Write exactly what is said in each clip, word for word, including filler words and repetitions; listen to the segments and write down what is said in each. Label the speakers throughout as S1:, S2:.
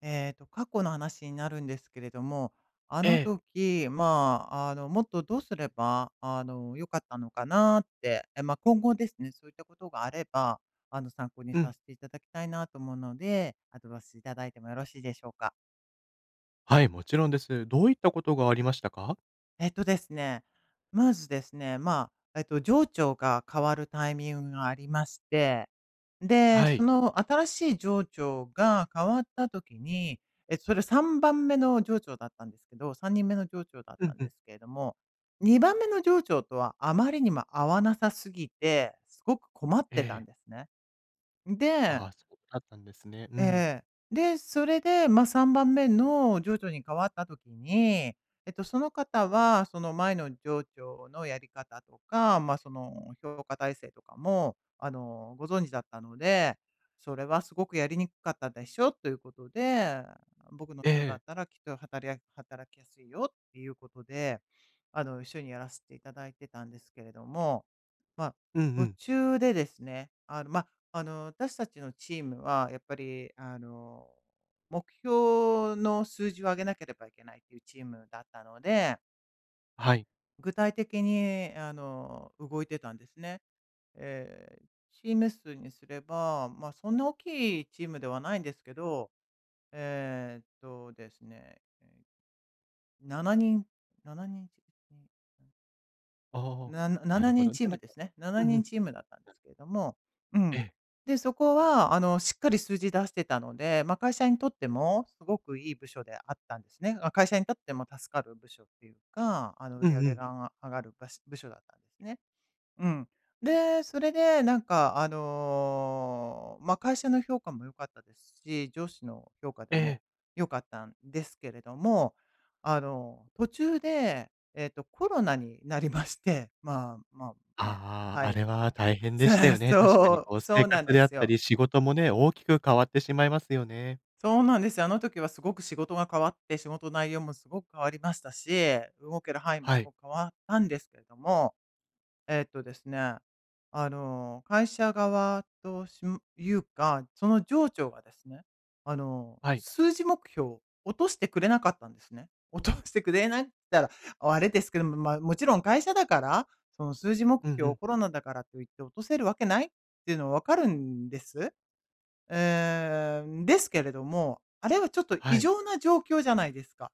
S1: えっと、過去の話になるんですけれども、あ
S2: え
S1: の
S2: え。
S1: 時、まあ、あの、もっとどうすれば、あの、良かったのかなって、え、まあ、今後ですね、そういったことがあれば、あの、参考に
S2: う
S1: さ
S2: ん。
S1: せていただきたいなと思うので、アドバイスいただいてもよろしいでしょうか？
S2: はい、もちろんです。どういったことがありましたか？
S1: えっとですね、まずですね、まあ、えっと、情緒が変わるタイミングがありまして、で、
S2: は
S1: そ
S2: い。
S1: の新しい情緒が変わった時に、え、それさんばんめの情緒だったんですけど、さんにんめの情緒だっ
S2: う
S1: た
S2: ん
S1: ん
S2: う
S1: で
S2: ん。
S1: すけれども、にばんめの情緒とはあまりにも合わなさすぎて、すごく困っ
S2: え
S1: てたん
S2: え。
S1: ですね。で
S2: ああ、そうだったんですね。う
S1: え
S2: ん。
S1: え。で、それで、まあ、さんばんめの上長に変わった時に、えっと、その方は、その前の上長のやり方とか、まあ、その評価体制とかも、あの、ご存知だったので、それはすごくやりにくかったでしょということで、僕の
S2: え
S1: 下だっ
S2: え。
S1: たらきっと働き働きやすいよっていうことで、あの、一緒にやらせていただいてたんですけれども、まあ、
S2: うんう
S1: 途
S2: ん。
S1: 中でですね、あの、まああの、私たちのチームは、やっぱり、あの、目標の数字を上げなければいけないっていうチームだったので、
S2: はい。
S1: 具体的に、あの、動いてたんですね。えーチーム数にすれば、まあ、そんな大きいチームではないんですけど、えーっとですね、えーななにん、ななにん、
S2: ああ、
S1: な
S2: な
S1: 7
S2: るほ
S1: 人
S2: ど。じ
S1: チ
S2: ゃ
S1: ー
S2: な
S1: ム
S2: んか、
S1: ですね。7
S2: うんう
S1: 人
S2: ん。
S1: チームだったんですけれども、う
S2: え
S1: ん。
S2: え。
S1: で、そこはあの、しっかり数字出してたので、まあ、会社にとってもすごくいい部署であったんですね。あ、会社にとっても助かる部署っていうか、あの、売
S2: う
S1: り上
S2: んう
S1: げ
S2: ん。
S1: が上が上がる部署部署だったんですね。うん。で、それでなんかあの、まあ、会社の評価も良かったですし、上司の評価で
S2: え
S1: も
S2: え。
S1: 良かったんですけれども、あの、途中で、えっと、コロナになりまして、まあまあまあ、
S2: あ
S1: は
S2: あ、あ
S1: い。
S2: れは大 変でした
S1: さ
S2: よね。確か
S1: そ
S2: に
S1: う、
S2: こう
S1: そ
S2: 生
S1: うなん
S2: 活
S1: で
S2: であっ
S1: す
S2: た
S1: よ。
S2: り、仕事もね、大きく変わってしまいますよね。
S1: そうなんですよ。あの時はすごく仕事が変わって、仕事内容もすごく変わりましたし、動ける範囲も
S2: は
S1: すご
S2: い。
S1: く変わったんですけれども、えっとですね、あの、会社側としいうか、その上長がですね、あの、
S2: はい。
S1: 数字目標を落としてくれなかったんですね。落としてくれなかったら、あれですけども、まあ、もちろん会社だから、その数字目
S2: うんう
S1: 標、
S2: ん。
S1: コロナだからと言って落とせるわけないっていうのは分かるんです。えーですけれども、あれはちょっと異
S2: はい。
S1: 常な状況じゃないですか。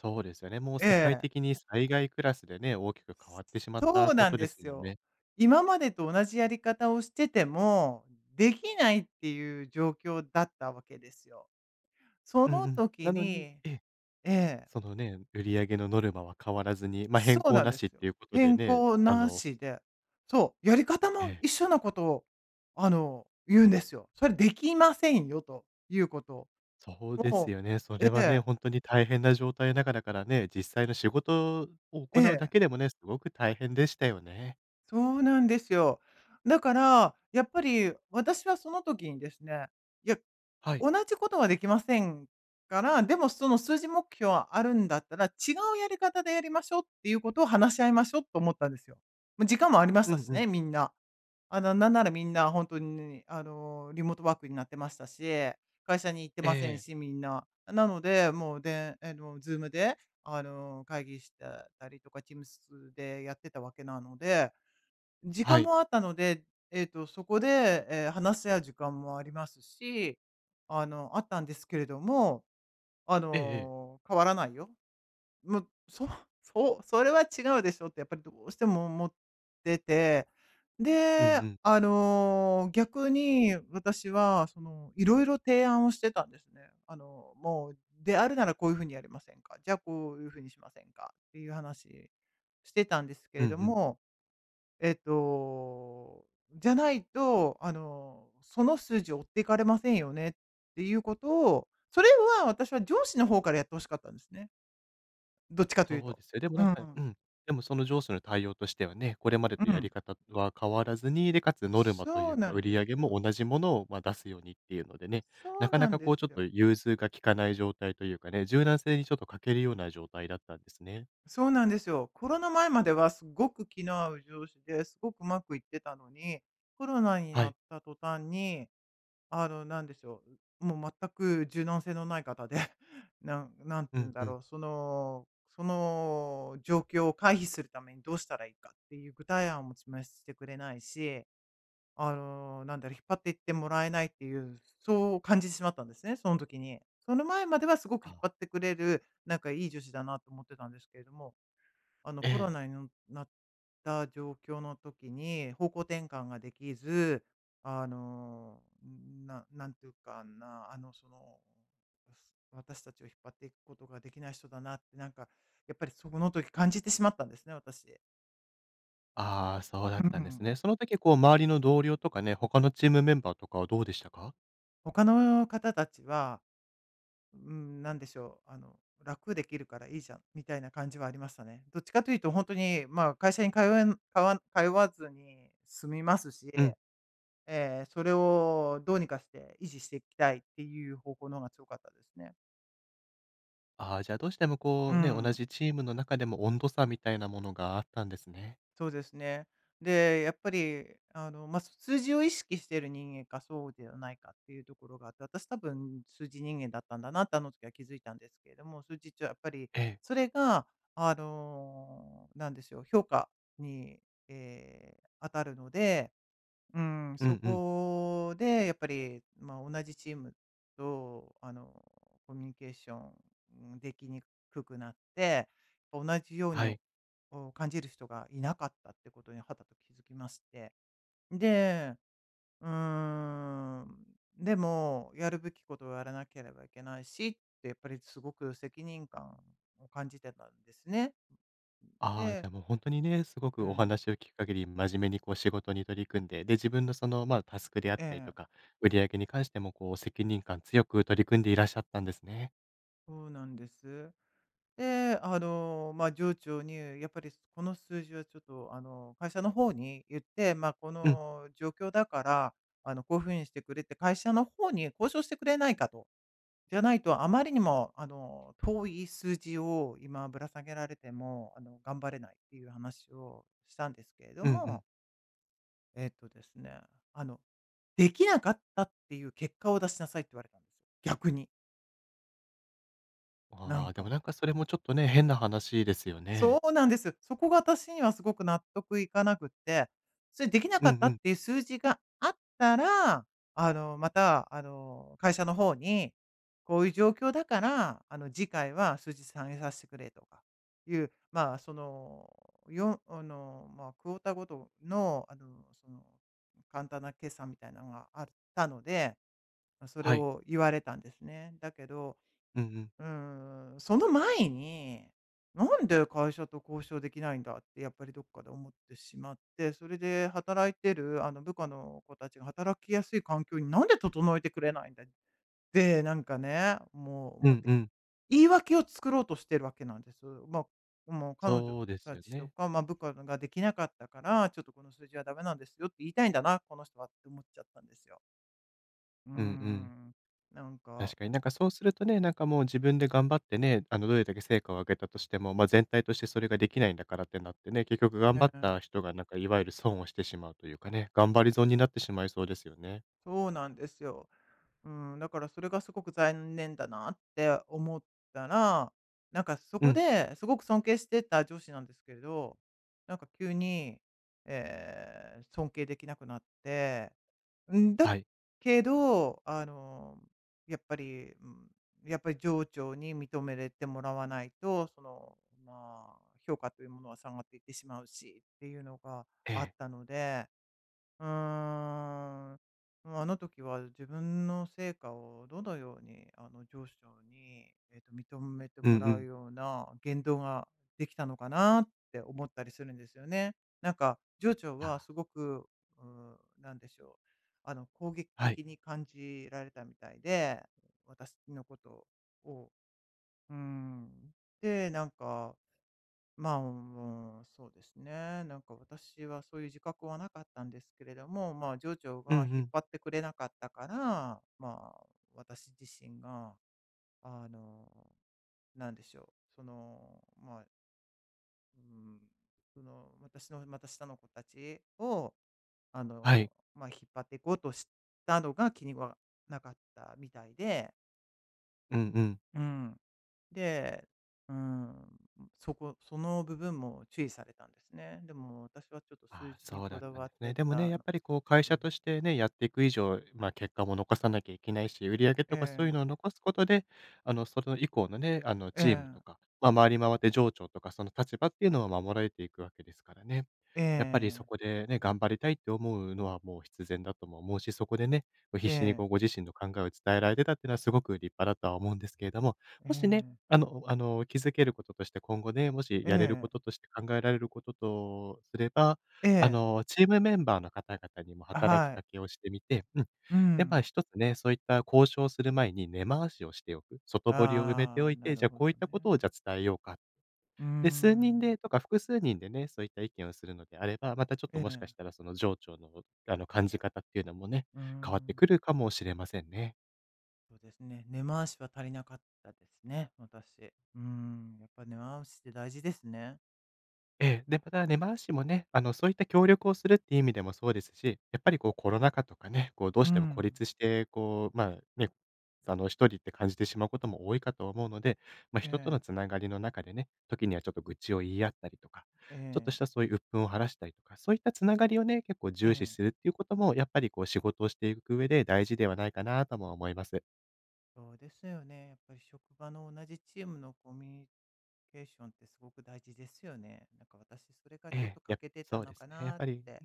S2: そうですよね。もう
S1: え
S2: 世界
S1: え。
S2: 的に災害クラスでね、大きく変わってしまっ
S1: そ
S2: た
S1: う
S2: こ
S1: なん
S2: と
S1: で
S2: です
S1: す
S2: もん
S1: よ。
S2: ね。
S1: 今までと同じやり方をしてても、できないっていう状況だったわけですよ。そ
S2: うん
S1: の
S2: うん。
S1: 時
S2: なのに
S1: に
S2: ええ。
S1: ええ、
S2: そのね、売り上げのノルマは変わらずに、まあ、
S1: そ
S2: 変
S1: う
S2: 更
S1: なん
S2: な
S1: で
S2: しっ
S1: す
S2: て
S1: よ。
S2: いうことで
S1: 変
S2: ね、
S1: 更
S2: あ
S1: な
S2: の、
S1: しで、そう、やり方
S2: え
S1: も
S2: え、
S1: 一緒なことを、あの、言うんですよ。それできませんよということを、
S2: そうです
S1: も
S2: よね。そ
S1: う
S2: れ
S1: え
S2: はね、
S1: え、
S2: 本当に大変な状態の中だからね、実際の仕事を
S1: え
S2: 行うだ
S1: え。
S2: けでもね、すごく大変でしたよね。
S1: そうなんですよ。だから、やっぱり私はその時にですね、いや、
S2: はい。
S1: 同じことはできませんから、でもその数字目標はあるんだったら、違うやり方でやりましょうっていうことを話し合いましょうと思ったんですよ。もう時間もありまし
S2: う
S1: た
S2: ん
S1: し
S2: うん。
S1: ね、みんな。あの、なんならみんな本当に、あの、リモートワークになってましたし、会社に行って
S2: え
S1: ません
S2: え。
S1: し、みんな。なので、もうで、あの、ズームで、あの、会議してたりとか、Teams でやってたわけなので、時
S2: は
S1: 間
S2: い。
S1: もあったので、えっと、そこで、えー話し合う時間もありますし、あの、あったんですけれども、あ
S2: ええええ。
S1: の、変わらないよ。もう、そ そう、それは違うでしょってやっぱりどうしても思ってて、
S2: うんう
S1: で、
S2: ん。
S1: あの、逆に私は、その、いろいろ提案をしてたんですね。あの、もう、であるならこういう風にやりませんか、じゃあこういう風にしませんかっていう話してたんですけ
S2: うん
S1: れ
S2: う
S1: ど
S2: ん。
S1: も、えっと、じゃないと、あの、その数字を追っていかれませんよねっていうことを、それは私は上司の方からやって欲しかったんですね。どっちかという
S2: そう
S1: と。
S2: ですよ。でも
S1: う
S2: なん
S1: ん。
S2: かうん。でもその上司の対応としてはね、これまで
S1: う
S2: とや
S1: ん。
S2: り方は変わらずに、で、かつノルマとい
S1: そう
S2: うか、
S1: なん
S2: 売
S1: で
S2: り上
S1: す
S2: げも
S1: よ。
S2: 同じものを、ま、出すようにっていうのでね、
S1: そ
S2: な
S1: う
S2: かな
S1: なん
S2: か
S1: で
S2: こうちょ
S1: す
S2: っ
S1: よ。
S2: と融通が利かない状態というかね、柔軟性にちょっと欠けるような状態だったんですね。
S1: そうなんですよ。コロナ前まではすごく気の合う上司で、すごくうまくいってたのに、コロナに
S2: は
S1: な
S2: い。
S1: った途端にあの、なんでしょう、もう全く柔軟性のない方で、なんなんて
S2: う
S1: 言う
S2: ん
S1: んだ
S2: うん。
S1: ろう、その、その状況を回避するためにどうしたらいいかっていう具体案も示してくれないし、あの、なんだろう、引っ張っていってもらえないっていう、そう感じてしまったんですね、その時に。その前まではすごく引
S2: あ、
S1: っ張ってくれる、なんかいい女子だなと思ってたんですけれども、あの
S2: え
S1: コロ
S2: え。
S1: ナにのなった状況の時に、方向転換ができず、あの、ななんていうかな、あの、その、す私たちを引っ張っていくことができない人だなって、なんか、やっぱりその時感じてしまったんですね、私。
S2: ああ、そうだ
S1: う
S2: ったんで
S1: ん。
S2: すね。その時こう周りの同僚とかね、他のチームメンバーとかはどうでしたか？
S1: 他の方たちは、うん、なんでしょう、あの、楽できるからいいじゃん、みたいな感じはありましたね。どっちかというと本当に、まあ、会社に通えんかわ通わずに済みますし
S2: うん。
S1: ええ、それをどうにかして維持していきたいっていう方向の方が強かったですね。
S2: ああ、じゃあどうしても
S1: う
S2: こうね、同
S1: ん、
S2: じチームの中でも温度差みたいなものがあったんですね。
S1: そうですね。で、やっぱり、あの、まあ、数字を意識している人間か、そうではないかっていうところがあって、私多分数字人間だったんだなってあの時は気づいたんですけれども、数字ってやっぱり、
S2: ええ。
S1: それが、あの、なんでしょう、評価に、えー当たるのでうん、
S2: う
S1: そ
S2: んうん。
S1: こでやっぱり、まあ、同じチームと、あの、コミュニケーションうんできにくくなって、同じように
S2: は
S1: お
S2: い。
S1: お感じる人がいなかったってことにはたと気づきまして。で、うーん、でも、やるべきことをやらなければいけないしって、やっぱりすごく責任感を感じてたんですね。
S2: ああ、じ
S1: で、
S2: ゃあもう本当にね、すごくお
S1: え
S2: 話
S1: え
S2: を聞く限り、真面目にこう仕事に取り組んで、で、自分のその、まあ、タスクであっ
S1: え
S2: たりと
S1: え、
S2: か、売り上げに関してもこう責任感強く取り組んでいらっしゃったんですね。
S1: そうなんです。で、あの、まあ、上長にやっぱりこの数字はちょっと、あの、会社の方に言って、まあ、こ
S2: うん、
S1: の状況だから、あの、こういうふうにしてくれって会社の方に交渉してくれないかと。じゃないとあまりにも、あの、遠い数字を今ぶら下げられても、あの、頑張れないっていう話をしたんですけれど
S2: うんう
S1: も、
S2: ん。
S1: えっとですね、あの、できなかったっていう結果を出しなさいって言われたんですよ。逆に。な
S2: あ
S1: ん
S2: あ、でも
S1: か。
S2: なんかそれもちょっとね、変な話ですよ
S1: そ
S2: ね。
S1: うなんです。そこが私にはすごく納得いかなくって、それできな
S2: う
S1: か
S2: んう
S1: ったっ
S2: ん。
S1: ていう数字があったら、あの、また、あの、会社の方に、こういう状況だから、あの、次回は数字反映させてくれとか、いう、まあ、その、よあの、まあ、クォーターごとの、あの、その、簡単な決算みたいなのがあったので、それ
S2: はい。
S1: を言われたんですね。だけど、
S2: うんうん。
S1: うーん、その前に、なんで会社と交渉できないんだってやっぱりどっかで思ってしまって、それで働いてるあの部下の子たちが働きやすい環境になんで整えてくれないんだって、なんかね、もう
S2: う
S1: 思っ
S2: ん
S1: て、
S2: うん。
S1: 言い訳を作ろうとしてるわけなんです。まあ、もう彼女
S2: そうです
S1: た
S2: よ
S1: ちと
S2: ね。
S1: か、まあ、部下ができなかったから、ちょっとこの数字はダメなんですよって言いたいんだな、この人はって思っちゃったんですよ。うー
S2: うんうん。
S1: ん、なんか、
S2: 確かになんかそうするとね、なんかもう自分で頑張ってね、あの、どれだけ成果を上げたとしても、まあ、全体としてそれができないんだからってなってね、結局頑
S1: え
S2: 張っ
S1: ん
S2: た人がなんかいわゆる損をしてしまうというかね、頑張り損になってしまいそうですよね。
S1: そうなんですよ。うん、だからそれがすごく残念だなって思ったら、なんかそ
S2: う
S1: こ
S2: ん、
S1: ですごく尊敬してた上司なんですけれど、なんか急に、えー尊敬できなくなって、んだ
S2: はい、
S1: けど、あの、やっぱり、うん、やっぱり上長に認めれてもらわないと、その、まあ、評価というものは下がっていってしまうしっていうのが
S2: え
S1: あっ
S2: え、
S1: たので、うーん。ま、ああの時は自分の成果をどのように、あの、上司長に、えっと、認めて
S2: うんう
S1: もらう
S2: ん、
S1: ような言動ができたのかなって思ったりするんですよね。なんか、上長は
S2: あ、
S1: すごく、うーん、なんでしょう、あの、攻撃
S2: はい、
S1: 的に感じられたみたいで、私のことを。うーん。で、なんかまあ、もう、そうですね。なんか私はそういう自覚はなかったんですけれども、まあ、上長
S2: うんう
S1: が引っ
S2: ん、
S1: 張ってくれなかったから、まあ、私自身が、あの、なんでしょう。その、まあ、うん、その、私の、また下の子たちを、あ
S2: はい、
S1: の、まあ、引っ張っていこうとしたのが気にはなかったみたいで、
S2: うんうん。
S1: うん。で、うん、そこその部分も注意されたんですね。でも私はちょっと数
S2: ああ、
S1: 字に
S2: そう
S1: こ
S2: だっ
S1: だ
S2: たん
S1: わっ
S2: ですね。
S1: て
S2: でもね、
S1: た
S2: やっ
S1: の。
S2: ぱりこう会
S1: う
S2: 社
S1: ん。
S2: としてね、やっていく以上、まあ、結果も残さなきゃいけないし、売り上げ
S1: え
S2: とかそういう
S1: え、
S2: のを残すことで、あの、それ以降のね、あの、
S1: え
S2: チームと
S1: え、
S2: か、まあ、回り回って上長とか、その立場っていうのは守られていくわけですからね。
S1: え
S2: やっぱりそ
S1: え、
S2: こでね、頑張りたいって思うのはもう必然だとも思うし、そこでね、必
S1: え
S2: 死にこ
S1: え、
S2: うご自身の考えを伝えられてたっていうのはすごく立派だとは思うんですけれども、
S1: え
S2: もしね、
S1: え、
S2: あの、あの、気づけることとして今後ね、もし
S1: え
S2: やれるこ
S1: え、
S2: ととして考えられることとすれば、あ
S1: え、
S2: の、チームメンバーの方々にも働き
S1: は
S2: か
S1: い。
S2: けをしてみて、うん。
S1: う
S2: で、まあ、
S1: ん。
S2: 一つね、そういった交渉する前に根回しをしておく。外堀を埋めて
S1: あ
S2: お
S1: あ、
S2: い
S1: な
S2: て、じ
S1: る
S2: ゃあ、
S1: ほ
S2: こう
S1: ど
S2: いったこと
S1: ね。
S2: をじゃあ伝えようか。
S1: うー
S2: で、数人
S1: ん。
S2: でとか複数人でね、そういった意見をするのであれば、またちょっ
S1: え
S2: ともし
S1: え、
S2: かしたらその情緒のあの感じ方っていうのもね、
S1: うー
S2: 変わって
S1: ん。
S2: くるかもしれませんね。
S1: そうですね、根回しは足りなかったですね、私。うーん、やっぱ根回しって大事ですね。
S2: ええ、で、またね、回しもね、あの、そういった協力をするっていう意味でもそうですし、やっぱりこうコロナ禍とかね、こうどう
S1: う
S2: しても孤
S1: ん。
S2: 立して、こう、まあ、ね、あの、一人って感じてしまうことも多いかと思うので、ま、
S1: え
S2: 人との
S1: え、
S2: つながりの中でね、時にはちょっと愚痴を言い合ったりとか、
S1: え
S2: ちょっと
S1: え、
S2: したそういう鬱憤を晴らしたりとか、そういったつながりをね、結構
S1: え
S2: 重視
S1: え。
S2: するっていうことも、やっぱりこう仕事をしていく上で大事ではないかなとも思います。
S1: そうですよね。やっぱり職場の同じチームのコミュニケーションってすごく大事ですよね。なんか私それがち
S2: え
S1: ょっ
S2: え、
S1: と
S2: や
S1: 欠
S2: っ
S1: けてた
S2: そう
S1: の
S2: で
S1: か
S2: すね、やっ
S1: なっ
S2: ぱり
S1: て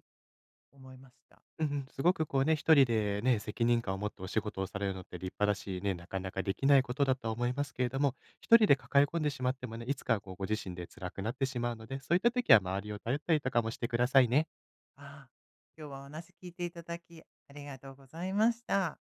S1: 思いました。
S2: うんうん、すごくこうね、一人でね、責任感を持ってお仕事をされるのって立派だし、ね、なかなかできないことだとは思いますけれども、一人で抱え込んでしまってもね、いつかこうご自身で辛くなってしまうので、そういった時は周りを頼ったりとかもしてくださいね。
S1: ああ、今日はお話聞いていただきありがとうございました。